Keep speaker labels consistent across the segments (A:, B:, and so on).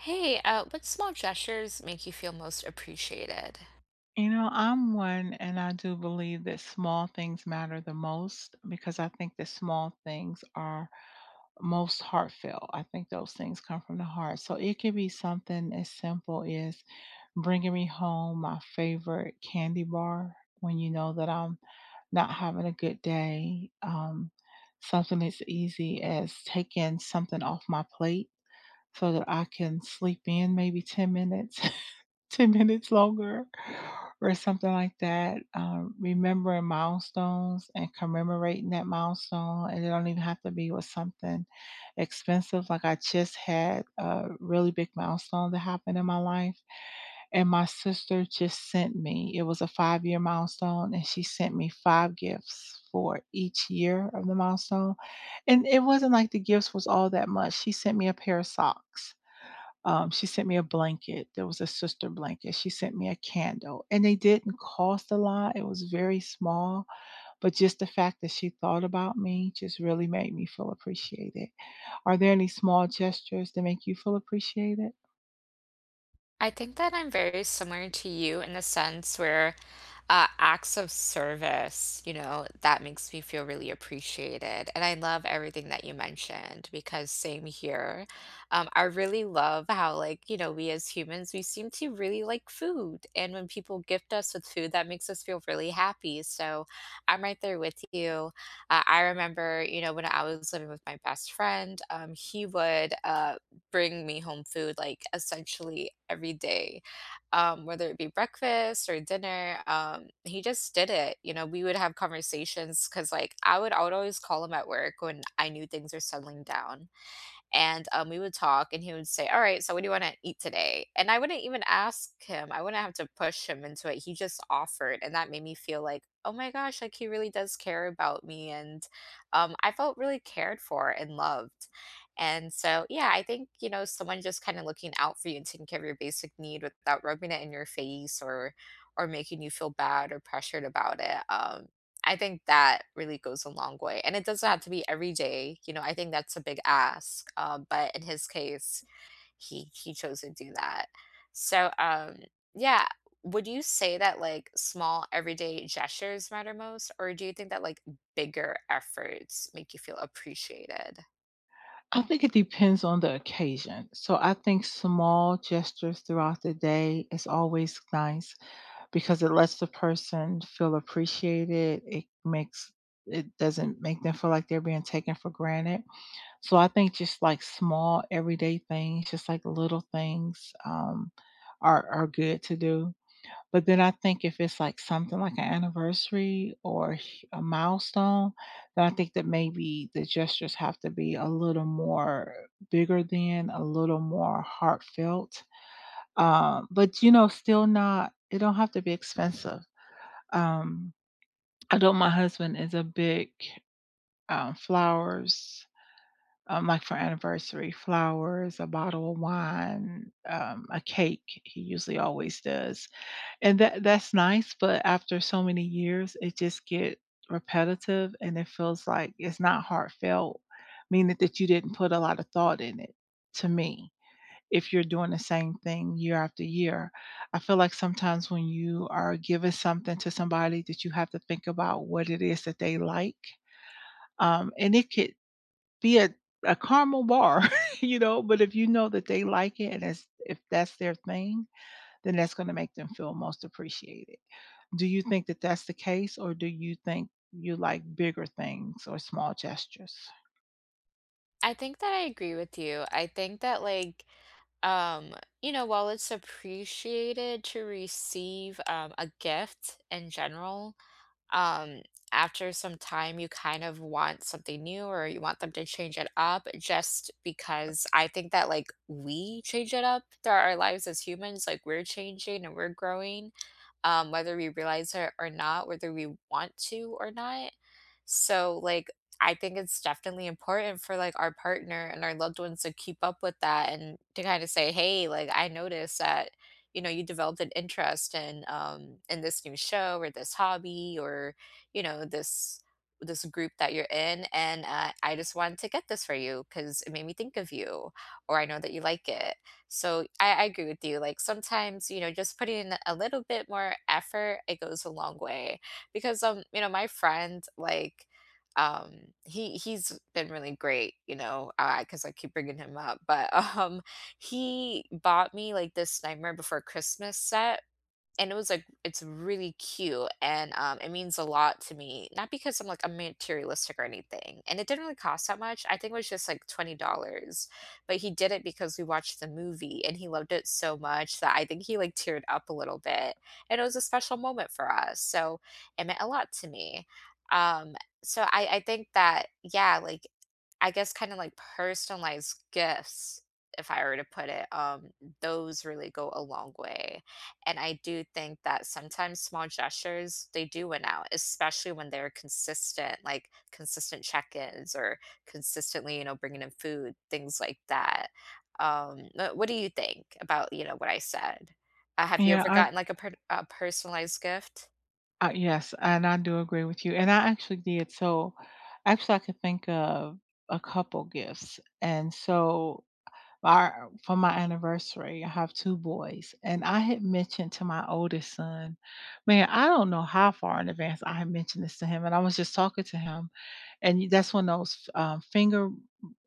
A: Hey, what small gestures make you feel most appreciated?
B: I'm one, and I do believe that small things matter the most because I think that small things are most heartfelt. I think those things come from the heart. So it could be something as simple as bringing me home my favorite candy bar when you know that I'm not having a good day. Something as easy as taking something off my plate so that I can sleep in maybe 10 minutes, 10 minutes longer, or something like that. Remembering milestones and commemorating that milestone. And it don't even have to be with something expensive. Like I just had a really big milestone that happened in my life. And my sister just sent me, it was a 5-year milestone, and she sent me five gifts for each year of the milestone. And it wasn't like the gifts was all that much. She sent me a pair of socks. She sent me a blanket. There was a sister blanket. She sent me a candle, and they didn't cost a lot. It was very small, but just the fact that she thought about me just really made me feel appreciated. Are there any small gestures that make you feel appreciated?
A: I think that I'm very similar to you in the sense where acts of service, you know, that makes me feel really appreciated. And I love everything that you mentioned because same here. I really love how, like, you know, we as humans, we seem to really like food. And when people gift us with food, that makes us feel really happy. So I'm right there with you. I remember, you know, when I was living with my best friend, he would bring me home food like essentially every day, whether it be breakfast or dinner. He just did it. You know, we would have conversations because, like, I would always call him at work when I knew things were settling down. And, we would talk and he would say, "All right, so what do you wanna eat today?" And I wouldn't even ask him, I wouldn't have to push him into it, he just offered, and that made me feel like, "Oh my gosh," like, he really does care about me, and, I felt really cared for and loved. And so, yeah, I think, you know, someone just kinda looking out for you and taking care of your basic need without rubbing it in your face or making you feel bad or pressured about it, I think that really goes a long way, and it doesn't have to be every day, you know, I think that's a big ask, but in his case, he chose to do that. So, yeah, would you say that, like, small everyday gestures matter most, or do you think that, like, bigger efforts make you feel appreciated?
B: I think it depends on the occasion. So I think small gestures throughout the day is always nice because it lets the person feel appreciated. It doesn't make them feel like they're being taken for granted. So I think just like small everyday things, just like little things, are good to do. But then I think if it's like something like an anniversary or a milestone, then I think that maybe the gestures have to be a little more bigger than a little more heartfelt. But still not. It don't have to be expensive. Um, I know my husband is a big, flowers, like for anniversary, flowers, a bottle of wine, a cake. He usually always does, and that's nice. But after so many years, it just get repetitive, and it feels like it's not heartfelt, meaning that you didn't put a lot of thought in it. To me, if you're doing the same thing year after year, I feel like sometimes when you are giving something to somebody that you have to think about what it is that they like, and it could be a caramel bar, but if you know that they like it and it's if that's their thing, then that's gonna make them feel most appreciated. Do you think that that's the case, or do you think you like bigger things or small gestures?
A: I think that I agree with you. I think that, like, um, you know, while it's appreciated to receive, a gift in general, um, after some time, you kind of want something new or you want them to change it up just because I think that like we change it up throughout our lives as humans, like we're changing and we're growing, whether we realize it or not, whether we want to or not. So, like, I think it's definitely important for like our partner and our loved ones to keep up with that and to kind of say, hey, like, I noticed that you know you developed an interest in this new show or this hobby or you know this group that you're in, and I just wanted to get this for you because it made me think of you or I know that you like it. So I agree with you. Like sometimes, you know, just putting in a little bit more effort, it goes a long way. Because you know, my friend, like, he's been really great, you know, because I keep bringing him up. But he bought me like this Nightmare Before Christmas set, and it was like it's really cute, and it means a lot to me, not because I'm like I'm materialistic or anything, and it didn't really cost that much. I think it was just like $20, but he did it because we watched the movie and he loved it so much that I think he like teared up a little bit, and it was a special moment for us, so it meant a lot to me. um so I think that, yeah, like, I guess kind of like personalized gifts, if I were to put it, those really go a long way. And I do think that sometimes small gestures, they do win out, especially when they're consistent, like consistent check-ins or consistently, you know, bringing in food, things like that. What do you think about, you know, what I said? Have you
B: Yeah,
A: ever Mhm. gotten like a, per- a personalized gift?
B: I yes, and I do agree with you, and I actually did. So, actually, I could think of a couple gifts, and so our for my anniversary. I have 2 boys, and I had mentioned to my oldest son man, I don't know how far in advance I had mentioned this to him, and I was just talking to him, and that's when those, finger,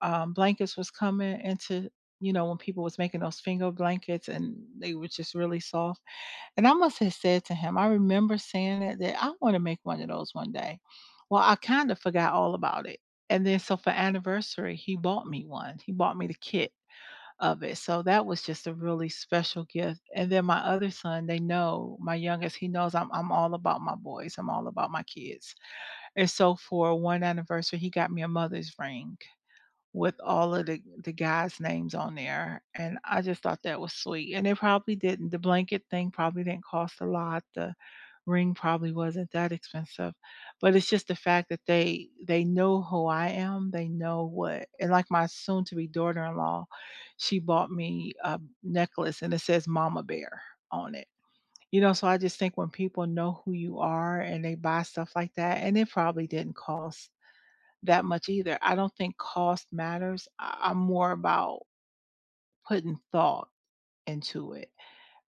B: blankets was coming into when people was making those finger blankets, and they were just really soft, and I must have said to him I remember saying it that I wanna make one of those one day. Well, I kinda forgot all about it, and then so for anniversary, he bought me one. He bought me the kit, of it. So that was just a really special gift. And then my other son, they know, my youngest, he knows I'm all about my boys. I'm all about my kids. And so for one anniversary, he got me a mother's ring with all of the guys' names on there, and I just thought that was sweet, and it probably didn't the blanket thing probably didn't cost a lot, the ring probably wasn't that expensive, but it's just the fact that they know who I am, they know what and like my soon to be daughter-in-law, she bought me a necklace and it says mama bear on it, so I just think when people know who you are and they buy stuff like that and it probably didn't cost that much either. I don't think cost matters. I'm more about putting thought into it,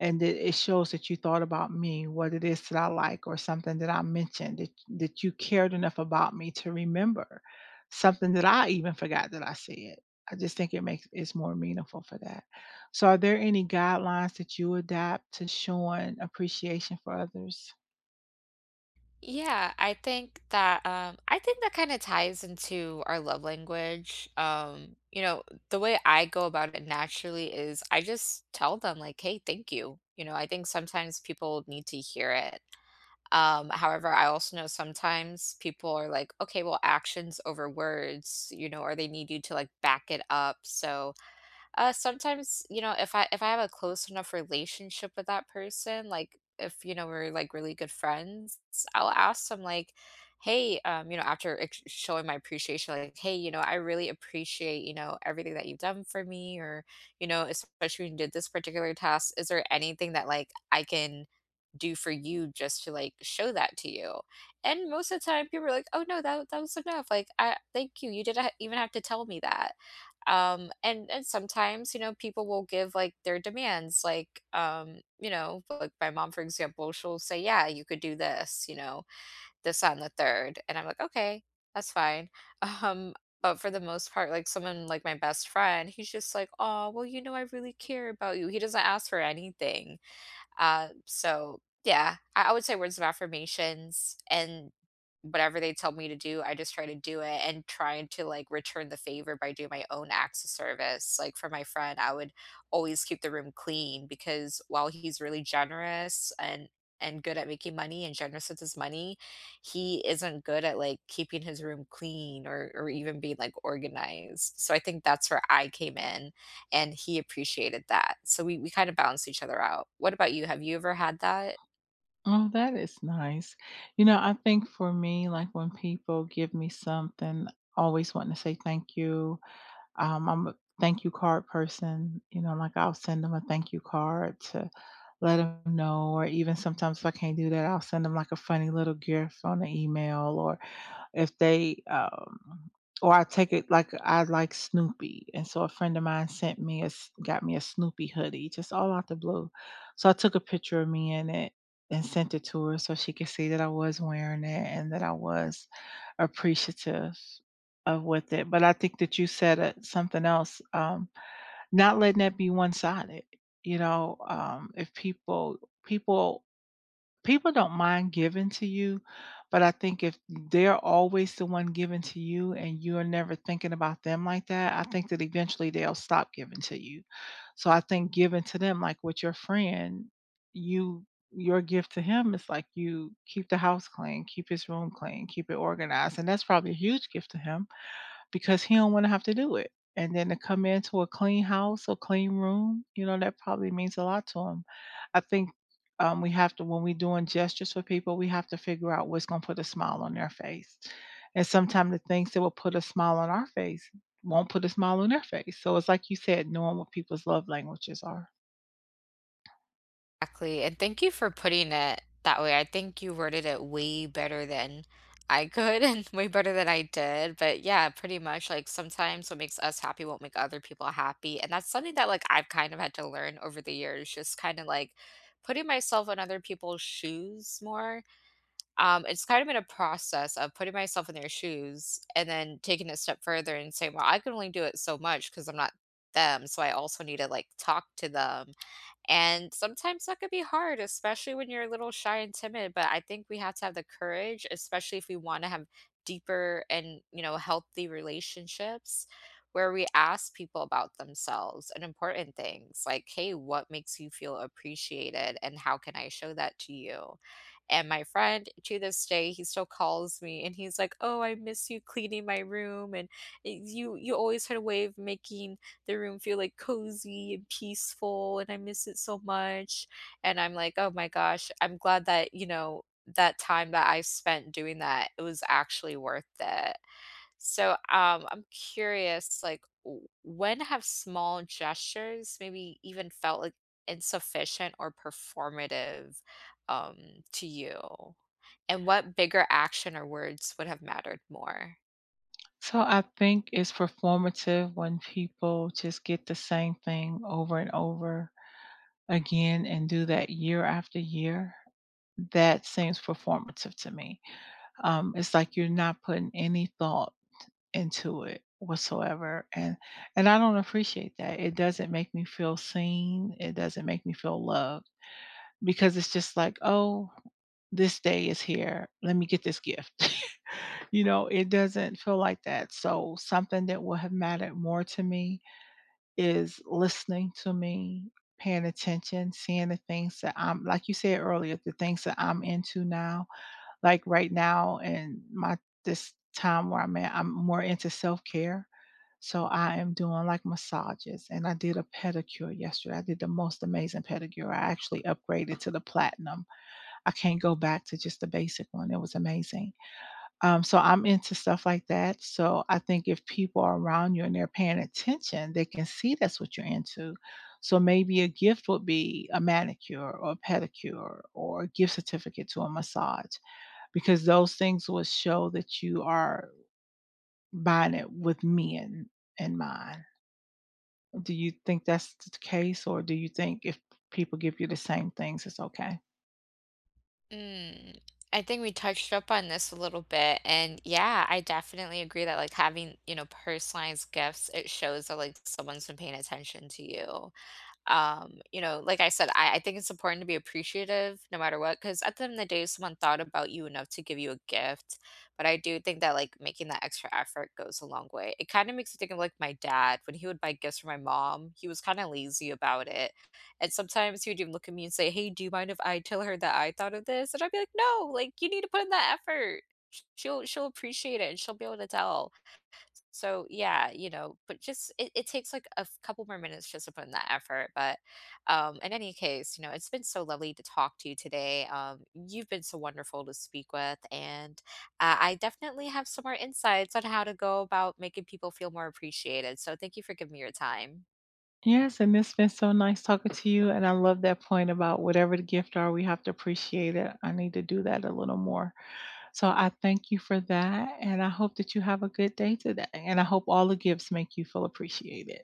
B: and it shows that you thought about me, what it is that I like or something that I mentioned that you cared enough about me to remember something that I even forgot that I said. I just think it's more meaningful for that. So are there any guidelines that you adapt to showing appreciation for others?
A: Yeah, I think that kind of ties into our love language. You know, the way I go about it naturally is I just tell them like, "Hey, thank you." You know, I think sometimes people need to hear it. However, I also know sometimes people are like, "Okay, well, actions over words," you know, or they need you to like back it up. So, sometimes, you know, if I have a close enough relationship with that person, like if you know we're like really good friends, I'll ask them like, "Hey, you know, after showing my appreciation, like, hey, you know, I really appreciate you know everything that you've done for me, or you know, especially when you did this particular task. Is there anything that like I can do for you just to like show that to you?" And most of the time, people are like, "Oh no, that was enough. Like, I thank you. You didn't even have to tell me that." And sometimes, you know, people will give like their demands, like you know, like my mom, for example, she'll say, yeah, you could do this, you know, this on the third, and I'm like, okay, that's fine. um but for the most part, like someone like my best friend, he's just like, oh well, you know, I really care about you. He doesn't ask for anything. So yeah, I would say words of affirmations, and whatever they tell me to do, I just try to do it, and trying to like return the favor by doing my own acts of service. Like for my friend, I would always keep the room clean because while he's really generous and good at making money and generous with his money, he isn't good at like keeping his room clean or even being like organized. So I think that's where I came in, and he appreciated that. So we kind of balance each other out. What about you? Have you ever had that?
B: Oh, that is nice. I think for me, like when people give me something, always wanting to say thank you. I'm a thank you card person. Like I'll send them a thank you card to let them know, or even sometimes if I can't do that, I'll send them like a funny little gift on the email, if they or I take it like I like Snoopy. And so a friend of mine sent me a s- got me a Snoopy hoodie just all out the blue. So I took a picture of me in it and sent it to her so she could see that I was wearing it and that I was appreciative of with it. But I think that you said something else not letting that be one-sided. If people People don't mind giving to you, but I think if they're always the one giving to you and you're never thinking about them like that, I think that eventually they'll stop giving to you. So I think giving to them, like with your friend, you your gift to him is like you keep the house clean, keep his room clean, keep it organized. And that's probably a huge gift to him because he don't want to have to do it. And then to come into a clean house or clean room, that probably means a lot to him. I think we have to, when we're doing gestures for people, we have to figure out what's going to put a smile on their face. And sometimes the things that will put a smile on our face won't put a smile on their face. So it's like you said, knowing what people's love languages are.
A: Exactly. And thank you for putting it that way. I think you worded it way better than I could and way better than I did. But yeah, pretty much like sometimes what makes us happy won't make other people happy. And that's something that like I've kind of had to learn over the years, just kind of like putting myself in other people's shoes more. It's kind of been a process of putting myself in their shoes and then taking it a step further and saying, "Well, I can only do it so much because 'cause I'm not them, so I also need to, like, talk to them, and sometimes that could be hard, especially when you're a little shy and timid. But I think we have to have the courage, especially if we want to have deeper and, you know, healthy relationships where we ask people about themselves and important things like, hey, what makes you feel appreciated? And how can I show that to you?" And my friend to this day, he still calls me and he's like, "Oh, I miss you cleaning my room. And you always had a way of making the room feel, like, cozy and peaceful, and I miss it so much," and I'm like, "Oh my gosh, I'm glad that, you know, that time that I spent doing that, it was actually worth it." So, I'm curious, like, w when have small gestures maybe even felt, like, insufficient or performative, to you? And what bigger action or words would have mattered more?
B: So I think it's performative when people just get the same thing over and over again and do that year after year. That seems performative to me. It's like you're not putting any thought into it whatsoever, and I don't appreciate that. It doesn't make me feel seen. It doesn't make me feel loved because it's just like, "Oh, this day is here. Let me get this gift." It doesn't feel like that. So something that will have mattered more to me is listening to me, paying attention, seeing the things that I'm like you said earlier, the things that I'm into now like, right now in my this time where I'm at, I'm more into self-care, so I am doing, like, massages, and I did a pedicure yesterday. I did the most amazing pedicure. I actually upgraded to the platinum. I can't go back to just the basic one. It was amazing. So I'm into stuff like that, so I think if people are around you and they're paying attention, they can see that's what you're into. So maybe a gift would be a manicure or a pedicure or a gift certificate to a massage because those things will show that you are buying it with me in mind. Do you think that's the case, or do you think if people give you the same things, it's okay?
A: Mm, I think we touched up on this a little bit, and yeah, I definitely agree that like having, you know, personalized gifts, it shows that like someone's been paying attention to you. You know, like I said, I think it's important to be appreciative no matter what, because at the end of the day, someone thought about you enough to give you a gift. But I do think that like making that extra effort goes a long way. It kind of makes me think of like my dad when he would buy gifts for my mom. He was kind of lazy about it, and sometimes he would even look at me and say, "Hey, do you mind if I tell her that I thought of this?" And I'd be like, "No, like you need to put in that effort. She'll appreciate it and she'll be able to tell." So yeah, you know, but just it takes like a couple more minutes just to put in that effort. But in any case, you know, it's been so lovely to talk to you today. You've been so wonderful to speak with, and I definitely have some more insights on how to go about making people feel more appreciated. So thank you for giving me your time.
B: Yes, and it's been so nice talking to you. And I love that point about whatever the gift are, we have to appreciate it. I need to do that a little more. So I thank you for that. And I hope that you have a good day today. And I hope all the gifts make you feel appreciated.